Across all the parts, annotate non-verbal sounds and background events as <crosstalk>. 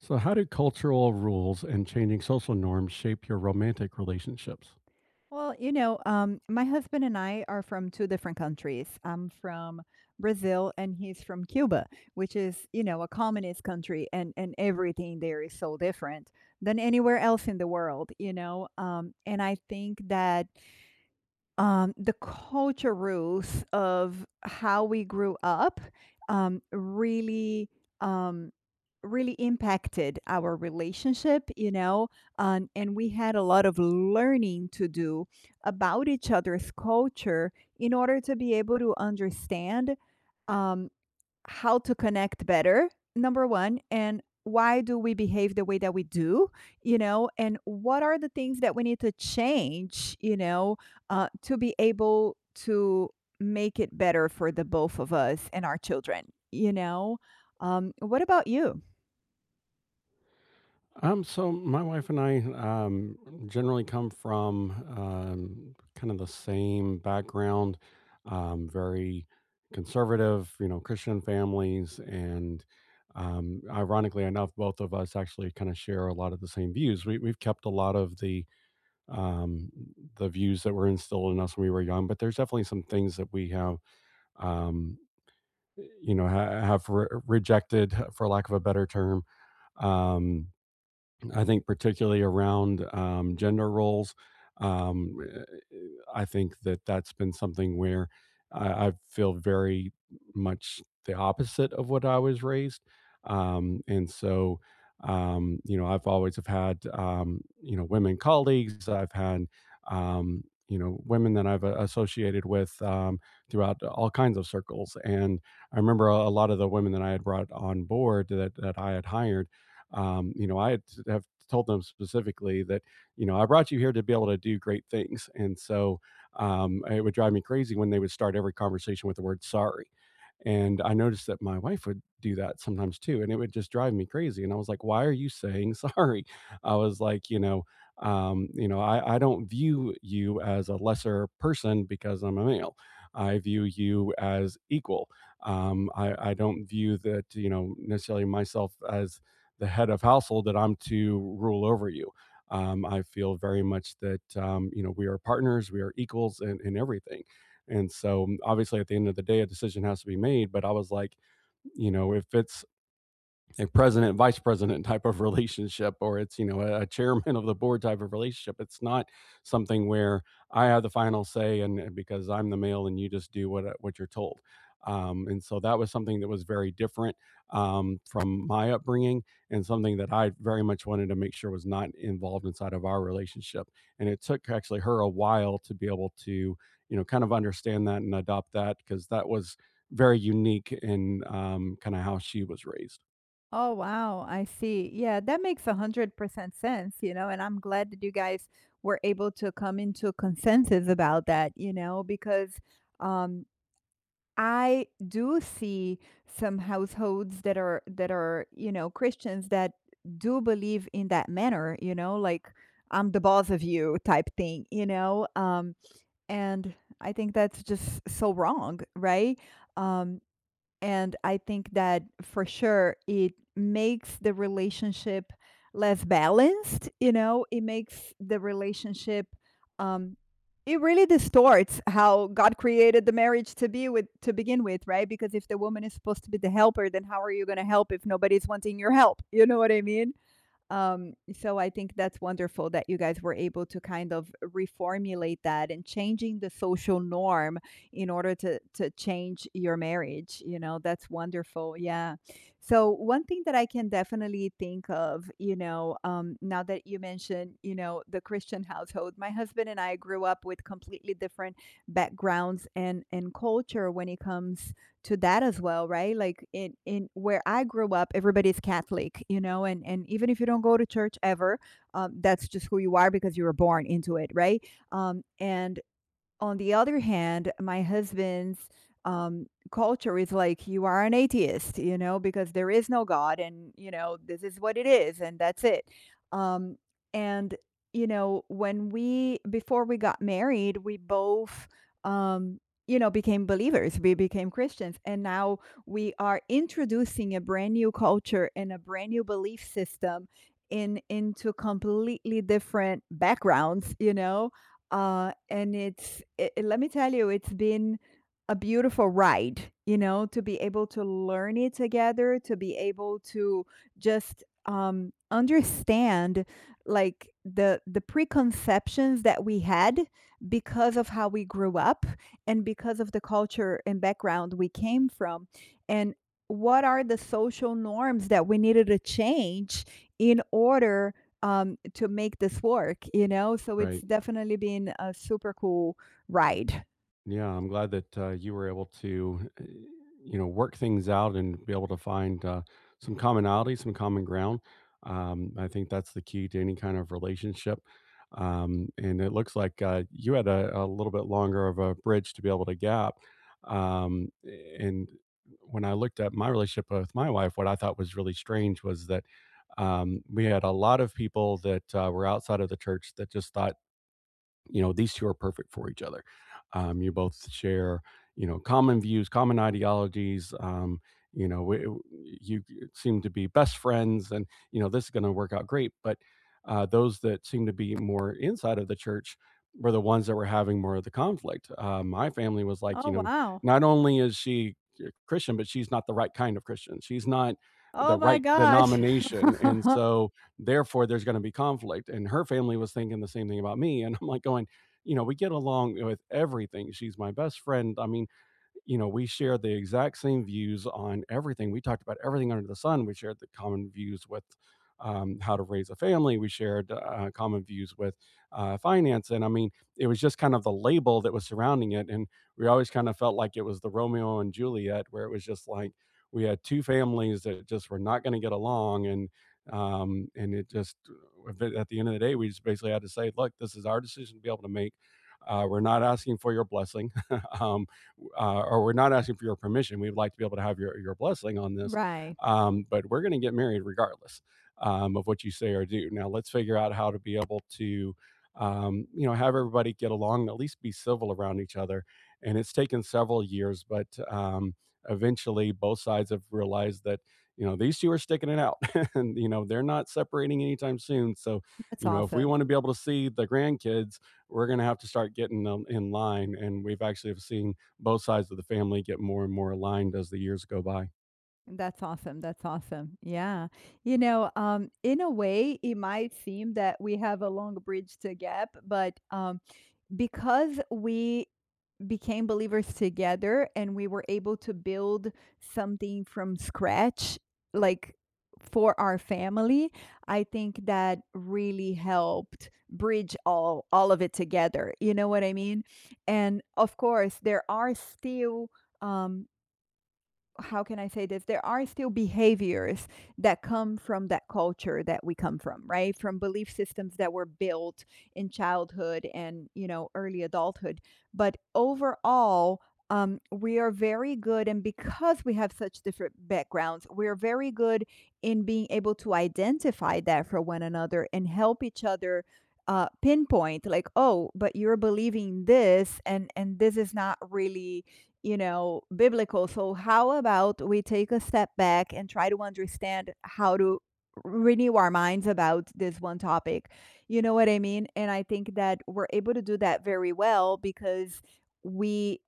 So, how do cultural rules and changing social norms shape your romantic relationships? Well, you know, my husband and I are from two different countries. I'm from Brazil and he's from Cuba, which is, you know, a communist country, and everything there is so different than anywhere else in the world, you know. And I think that the culture roots of how we grew up, um, really, um, really impacted our relationship, you know, and we had a lot of learning to do about each other's culture in order to be able to understand um, how to connect better, number one, and why do we behave the way that we do, you know, and what are the things that we need to change, you know, to be able to make it better for the both of us and our children, you know? What about you? So my wife and I generally come from kind of the same background, very conservative, Christian families, and ironically enough, both of us actually kind of share a lot of the same views. We've kept a lot of um, the views that were instilled in us when we were young, but there's definitely some things that we have um, rejected, for lack of a better term. Um, i think particularly around gender roles. Um, I think that that's been something where I feel very much the opposite of what I was raised. And so, I've always have had, women colleagues. I've had, women that I've associated with, throughout all kinds of circles. And I remember a lot of the women that I had brought on board that I had hired, you know, I had, have told them specifically that, I brought you here to be able to do great things. And so, it would drive me crazy when they would start every conversation with the word sorry. And I noticed that my wife would do that sometimes too, and it would just drive me crazy. And I was like, "Why are you saying sorry?" <laughs> I was like, "You know, I don't view you as a lesser person because I'm a male. I view you as equal. I don't view that, necessarily myself as the head of household that I'm to rule over you. I feel very much that, we are partners, we are equals in everything. And so, obviously, at the end of the day, a decision has to be made. But I was like, if it's a president vice president type of <laughs> relationship, or it's, a chairman of the board type of relationship, it's not something where I have the final say, and because I'm the male, and you just do what you're told." And so that was something that was very different, from my upbringing, and something that I very much wanted to make sure was not involved inside of our relationship. And it took actually her a while to be able to, kind of understand that and adopt that because that was very unique in, kind of how she was raised. Oh, wow. I see. Yeah, that makes a 100% sense, you know, and I'm glad that you guys were able to come into a consensus about that, you know, because um, I do see some households that are, you know, Christians that do believe in that manner, you know, like I'm the boss of you type thing, you know? And I think that's just so wrong, right? Um, and I think that for sure it makes the relationship less balanced, you know, it makes the relationship, um it really distorts how God created the marriage to be with to begin with, right? Because if the woman is supposed to be the helper, then how are you going to help if nobody's wanting your help? You know what I mean? So I think that's wonderful that you guys were able to kind of reformulate that and changing the social norm in order to change your marriage. You know, that's wonderful. Yeah. So one thing that I can definitely think of, you know, now that you mentioned, you know, the Christian household, my husband and I grew up with completely different backgrounds and culture when it comes to that as well, right? Like in where I grew up, everybody's Catholic, you know, and even if you don't go to church ever, that's just who you are because you were born into it, right? And on the other hand, my husband's culture is like, you are an atheist, you know, because there is no God and, you know, this is what it is and that's it. Um, and, you know, when we, before we got married, we both, um, you know, became believers, we became Christians. And now we are introducing a brand new culture and a brand new belief system in into completely different backgrounds, you know, and it's it, it- let me tell you, it's been a beautiful ride, you know, to be able to learn it together, to be able to just understand like the preconceptions that we had because of how we grew up and because of the culture and background we came from, and what are the social norms that we needed to change in order to make this work, you know? So it's Right. definitely been a super cool ride. Yeah, I'm glad that you were able to, work things out and be able to find some commonality, some common ground. I think that's the key to any kind of relationship. And it looks like, you had a little bit longer of a bridge to be able to gap. And when I looked at my relationship with my wife, what I thought was really strange was that, we had a lot of people that, were outside of the church that just thought, these two are perfect for each other. You both share, common views, common ideologies, you know, we w you seem to be best friends, and, this is gonna work out great, but, those that seem to be more inside of the church were the ones that were having more of the conflict. My family was like, Oh, wow. "Not only is she a Christian, but she's not the right kind of Christian. She's not Oh the my right gosh. denomination," and <laughs> so therefore, there's going to be conflict. And her family was thinking the same thing about me. And I'm like going, we get along with everything. She's my best friend. I mean, we shared the exact same views on everything. We talked about everything under the sun. We shared the common views with, how to raise a family. We shared, common views with, finance. And I mean, it was just kind of the label that was surrounding it. And we always kind of felt like it was the Romeo and Juliet, where it was just like we had two families that just were not going to get along. And it just, at the end of the day, we just basically had to say, look, this is our decision to be able to make. We're not asking for your blessing. <laughs> um, or we're not asking for your permission. We'd like to be able to have your blessing on this, Right. But we're going to get married regardless, of what you say or do. Now, let's figure out how to be able to, have everybody get along, at least be civil around each other. And it's taken several years, but um, eventually both sides have realized that, these two are sticking it out, <laughs> and, they're not separating anytime soon. So, That's if we awesome. want to be able to see the grandkids, we're going to have to start getting them in line. And we've actually have seen both sides of the family get more and more aligned as the years go by. That's awesome. That's awesome. Yeah. You know, in a way, it might seem that we have a long bridge to gap, but because we became believers together and we were able to build something from scratch, like for our family, I think that really helped bridge all of it together, you know what I mean? And of course there are still, um how can I say this? There are still behaviors that come from that culture that we come from, right? From belief systems that were built in childhood and, you know, early adulthood. But overall, we are very good, and because we have such different backgrounds, we are very good in being able to identify that for one another and help each other pinpoint, like, oh, but you're believing this, and this is not really, you know, biblical. So how about we take a step back and try to understand how to renew our minds about this one topic. You know what I mean? And I think that we're able to do that very well because we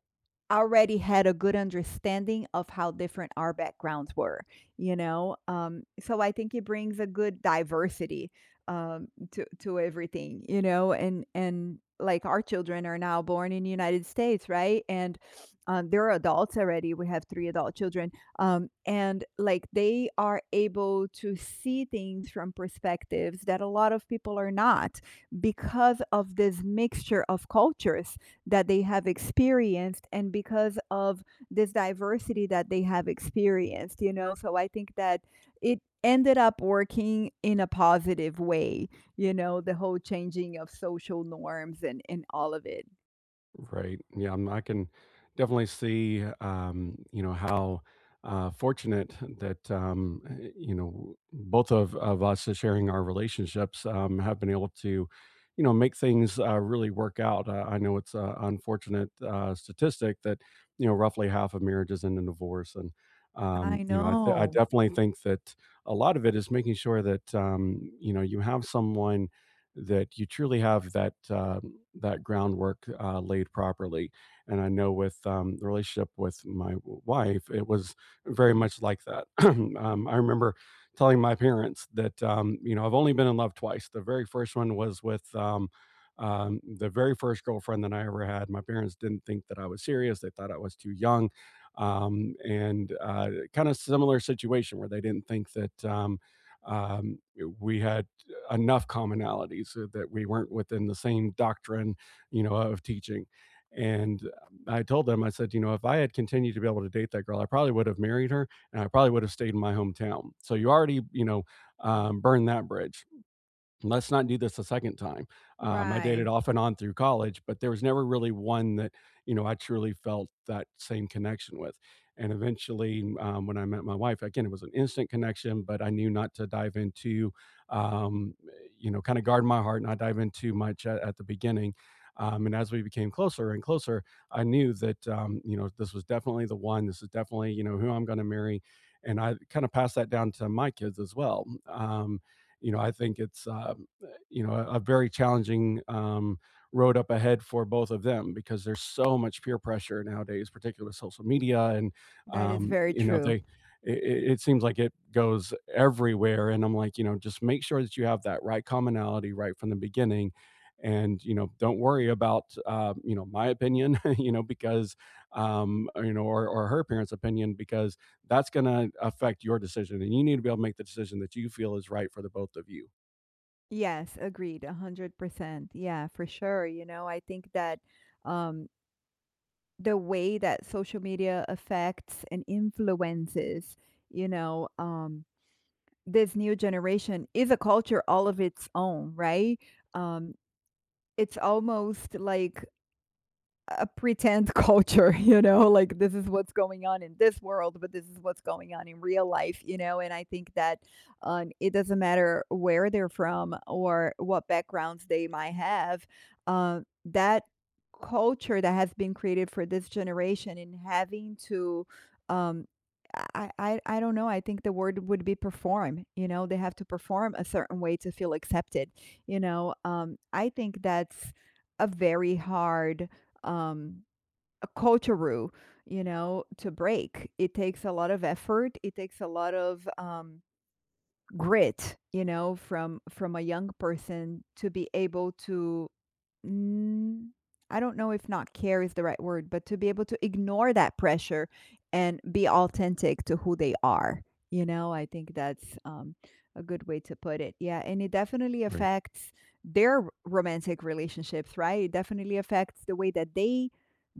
already had a good understanding of how different our backgrounds were, you know? So I think it brings a good diversity to everything, you know, and like our children are now born in the United States, right? And they're adults already. We have three adult children, and like they are able to see things from perspectives that a lot of people are not because of this mixture of cultures that they have experienced and because of this diversity that they have experienced, you know? So I think that it ended up working in a positive way, you know, the whole changing of social norms and all of it. Right. Yeah, I can definitely see, how fortunate that, both of us is sharing our relationships, have been able to, make things, really work out. I know it's an unfortunate, statistic that, roughly half of marriages end in divorce, and I I know. definitely think that a lot of it is making sure that, you have someone that you truly have that. That groundwork, laid properly. And I know with, the relationship with my wife, it was very much like that. <clears throat> I remember telling my parents that, I've only been in love twice. The very first one was with, the very first girlfriend that I ever had, my parents didn't think that I was serious. They thought I was too young. And kind of similar situation where they didn't think that, um, we had enough commonalities, that we weren't within the same doctrine, of teaching. And I told them, I said, if I had continued to be able to date that girl, I probably would have married her and I probably would have stayed in my hometown. So you already, burned that bridge. Let's not do this a second time. I dated Right. off and on through college, but there was never really one that, I truly felt that same connection with. And eventually, when I met my wife, again, it was an instant connection, but I knew not to dive into, um, kind of guard my heart, not dive into much at the beginning. And as we became closer and closer, I knew that, this was definitely the one. This is definitely, who I'm going to marry. And I kind of passed that down to my kids as well. I think it's, a very challenging, road up ahead for both of them because there's so much peer pressure nowadays, particularly with social media, and That is very true. they. It seems like it goes everywhere, and I'm like, just make sure that you have that right commonality right from the beginning, and don't worry about, my opinion, <laughs> or her parents' opinion because that's going to affect your decision. And you need to be able to make the decision that you feel is right for the both of you. Yes, agreed. 100%. Yeah, for sure. You know, I think that, um, the way that social media affects and influences, you know, this new generation is a culture all of its own, right? Um, it's almost like a pretend culture, <laughs> you know, like this is what's going on in this world, but this is what's going on in real life, you know. And I think that it doesn't matter where they're from or what backgrounds they might have, that culture that has been created for this generation and having to, um, I don't know. I think the word would be perform. You know, they have to perform a certain way to feel accepted. You know, I think that's a very hard, um, a culture, you know, to break. It takes a lot of effort. It takes a lot of grit, you know, from a young person to be able to, mm, I don't know if not care is the right word, but to be able to ignore that pressure and be authentic to who they are. You know, I think that's a good way to put it. Yeah. And it definitely Right, affects their romantic relationships, right? It definitely affects the way that they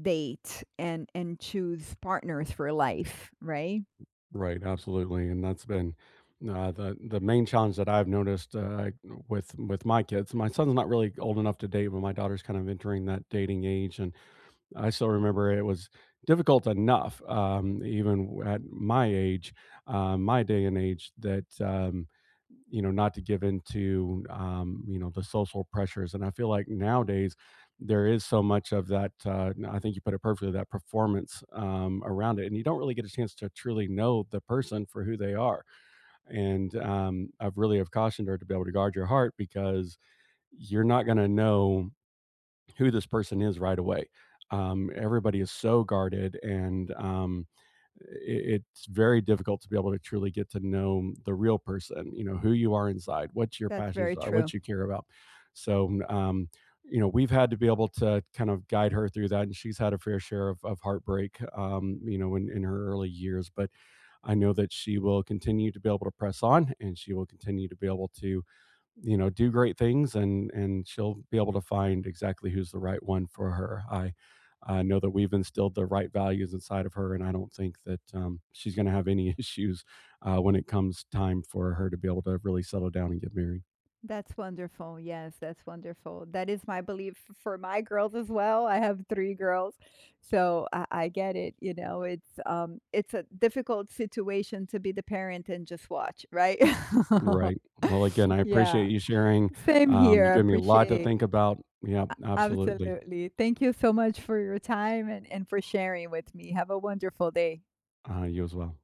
date and choose partners for life, right? right, absolutely, and that's been, the main challenge that I've noticed, with my kids. My son's not really old enough to date, but my daughter's kind of entering that dating age, and I still remember it was difficult enough, even at my age, my day and age, that, not to give into, the social pressures. And I feel like nowadays there is so much of that. I think you put it perfectly, that performance, around it, and you don't really get a chance to truly know the person for who they are. And I've really have cautioned her to be able to guard your heart because you're not going to know who this person is right away. Everybody is so guarded, and it's very difficult to be able to truly get to know the real person. You know who you are inside, what your That's very passions are, true. what you care about. So. We've had to be able to kind of guide her through that, and she's had a fair share of heartbreak, in her early years. But I know that she will continue to be able to press on, and she will continue to be able to, do great things, and she'll be able to find exactly who's the right one for her. I know that we've instilled the right values inside of her, and I don't think that, she's going to have any <laughs> issues, when it comes time for her to be able to really settle down and get married. That's wonderful. Yes, that's wonderful. That is my belief f- for my girls as well. I have three girls, so I get it. You know, it's a difficult situation to be the parent and just watch, right? Right. Well, again, I <laughs> Yeah, appreciate you sharing. same Um, here. you I gave me a lot to appreciate think about. Yeah, absolutely. absolutely. Thank you so much for your time and for sharing with me. Have a wonderful day. You as well.